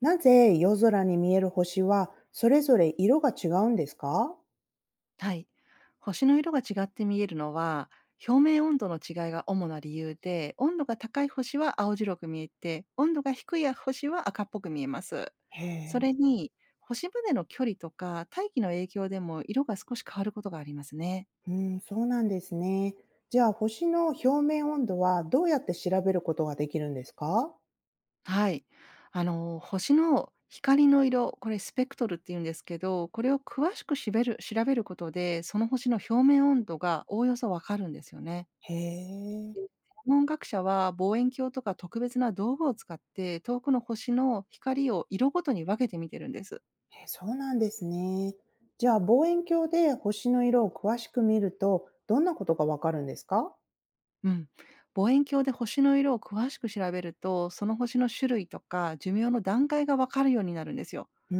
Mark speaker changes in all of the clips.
Speaker 1: なぜ夜空に見える星はそれぞれ色が違うんですか？
Speaker 2: はい。星の色が違って見えるのは、表面温度の違いが主な理由で、温度が高い星は青白く見えて、温度が低い星は赤っぽく見えます。
Speaker 1: へ
Speaker 2: そ
Speaker 1: え。
Speaker 2: れに、星までの距離とか大気の影響でも色が少し変わることがありますね。
Speaker 1: うん、そうなんですね。じゃあ星の表面温度はどうやって調べることができるんですか？
Speaker 2: はい。星の光の色、これスペクトルって言うんですけど、これを詳しくしべる調べることで、その星の表面温度がおおよそわかるんですよね。
Speaker 1: へえ。
Speaker 2: で、天文学者は望遠鏡とか特別な道具を使って遠くの星の光を色ごとに分けて見てるんです。
Speaker 1: え、そうなんですね。じゃあ望遠鏡で星の色を詳しく見るとどんなことがわかるんですか？
Speaker 2: うん、望遠鏡で星の色を詳しく調べると、その星の種類とか寿命の段階が分かるようになるんですよ。
Speaker 1: うー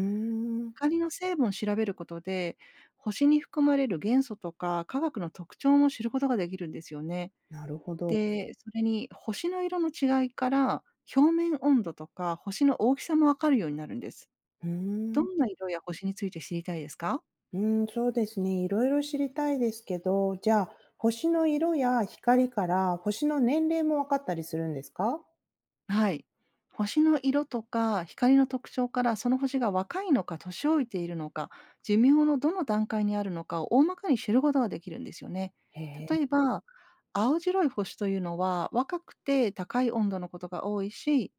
Speaker 1: ん、
Speaker 2: 光の成分を調べることで、星に含まれる元素とか化学の特徴も知ることができるんですよね。
Speaker 1: なるほど。
Speaker 2: で、それに星の色の違いから表面温度とか星の大きさも分かるようになるんです。
Speaker 1: うー
Speaker 2: どん
Speaker 1: ん。
Speaker 2: な色や星について知りたいですか？
Speaker 1: うーん、そうですね。いろいろ知りたいですけど、じゃあ、星の色や光から星の年齢もわかったりするんですか？
Speaker 2: はい。星の色とか光の特徴から、その星が若いのか年老いているのか、寿命のどの段階にあるのかを大まかに知ることができるんですよね。
Speaker 1: へえ。
Speaker 2: 例えば、青白い星というのは若くて高い温度のことが多いし、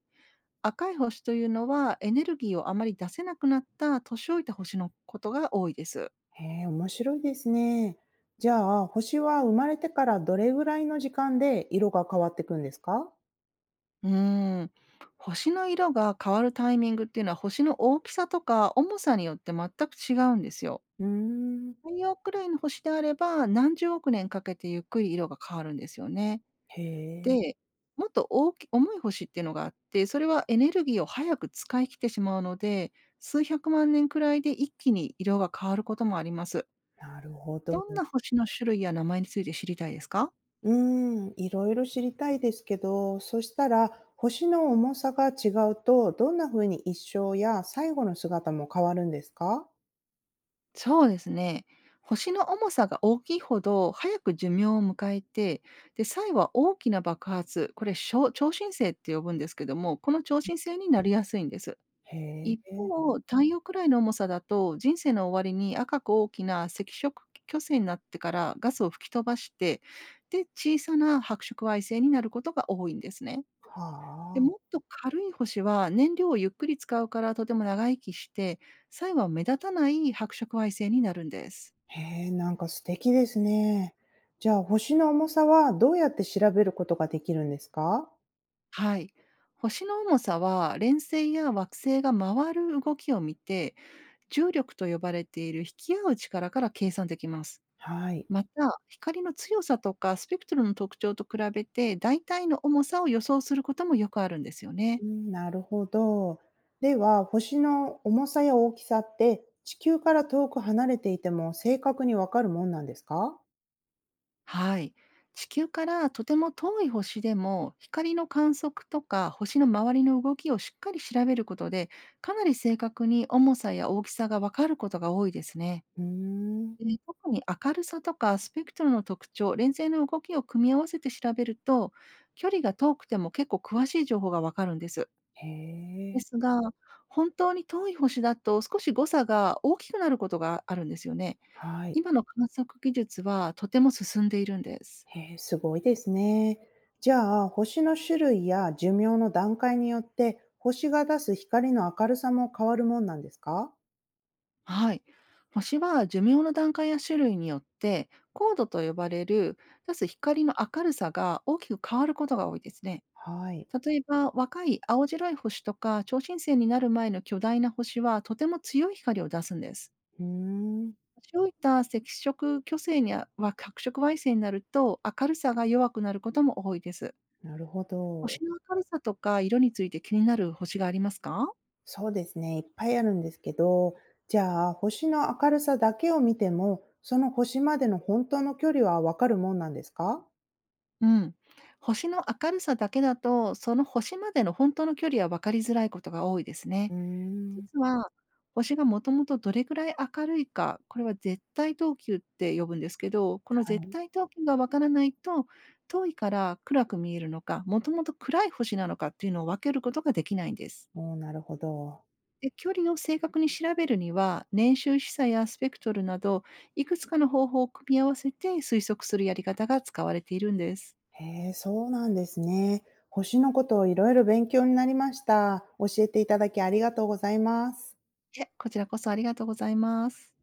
Speaker 2: 赤い星というのはエネルギーをあまり出せなくなった年老いた星のことが多いです。
Speaker 1: へえ、面白いですね。じゃあ、星は生まれてからどれぐらいの時間で色が変わっていくんですか？
Speaker 2: うーん、星の色が変わるタイミングっていうのは、星の大きさとか重さによって全く違うんですよ。
Speaker 1: うーん。
Speaker 2: 太陽くらいの星であれば、何十億年かけてゆっくり色が変わるんですよね。
Speaker 1: へえ、
Speaker 2: で、もっと重い星っていうのがあって、それはエネルギーを早く使い切ってしまうので、数百万年くらいで一気に色が変わることもあります。
Speaker 1: なるほど。
Speaker 2: どんな星の種類や名前について知りたいですか？
Speaker 1: うーん、いろいろ知りたいですけど、そしたら、星の重さが違うと、どんな風に一生や最後の姿も変わるんですか？
Speaker 2: そうですね。星の重さが大きいほど早く寿命を迎えて、で、最後は大きな爆発、これ、超新星って呼ぶんですけども、この超新星になりやすいんです。
Speaker 1: へ
Speaker 2: 一
Speaker 1: え。
Speaker 2: 方、太陽くらいの重さだと、人生の終わりに赤く大きな赤色巨星になってからガスを吹き飛ばして、で、小さな白色矮星になることが多いんですね。
Speaker 1: は
Speaker 2: で、
Speaker 1: あ。
Speaker 2: もっと軽い星は燃料をゆっくり使うから、とても長生きして、最後は目立たない白色矮星になるんです。
Speaker 1: へえ、なんか素敵ですね。じゃあ、星の重さはどうやって調べることができるんですか？
Speaker 2: はい。星の重さは、連星や惑星が回る動きを見て、重力と呼ばれている引き合う力から計算できます。
Speaker 1: はい。
Speaker 2: また、光の強さとかスペクトルの特徴と比べて、大体の重さを予想することもよくあるんですよね。
Speaker 1: うん、なるほど。では、星の重さや大きさって、地球から遠く離れていても正確にわかるもんなんですか？
Speaker 2: はい。地球からとても遠い星でも、光の観測とか星の周りの動きをしっかり調べることで、かなり正確に重さや大きさがわかることが多いですね。
Speaker 1: うーん。
Speaker 2: で、特に明るさとかスペクトルの特徴、連星の動きを組み合わせて調べると、距離が遠くても結構詳しい情報がわかるんです。
Speaker 1: へえ。
Speaker 2: ですが、本当に遠い星だと少し誤差が大きくなることがあるんですよね。
Speaker 1: はい。
Speaker 2: 今の観測技術はとても進んでいるんです。
Speaker 1: へえ、すごいですね。じゃあ、星の種類や寿命の段階によって、星が出す光の明るさも変わるもんなんですか？
Speaker 2: はい。星は寿命の段階や種類によって、高度と呼ばれる出す光の明るさが大きく変わることが多いですね。
Speaker 1: はい。
Speaker 2: 例えば、若い青白い星とか超新星になる前の巨大な星はとても強い光を出すんです。
Speaker 1: うーん。
Speaker 2: そういった赤色巨星には白色矮星になると、明るさが弱くなることも多いです。
Speaker 1: なるほど。
Speaker 2: 星の明るさとか色について気になる星がありますか？
Speaker 1: そうですね。いっぱいあるんですけど、じゃあ、星の明るさだけを見ても、その星までの本当の距離はわかるもんなんですか？
Speaker 2: うん。星の明るさだけだと、その星までの本当の距離は分かりづらいことが多いです
Speaker 1: うー
Speaker 2: ね。
Speaker 1: ん。
Speaker 2: 実は、星がもともとどれくらい明るいか、これは絶対等級って呼ぶんですけど、この
Speaker 1: は
Speaker 2: 絶
Speaker 1: い。
Speaker 2: 対等級が分からないと、遠いから暗く見えるのか、もともと暗い星なのかっていうのを分けることができないんです。
Speaker 1: おー、なるほど。
Speaker 2: で、距離を正確に調べるには、年収示差やスペクトルなど、いくつかの方法を組み合わせて推測するやり方が使われているんです。
Speaker 1: へえ、そうなんですね。星のことをいろいろ勉強になりました。教えていただきありがとうございます。
Speaker 2: で、こちらこそありがとうございます。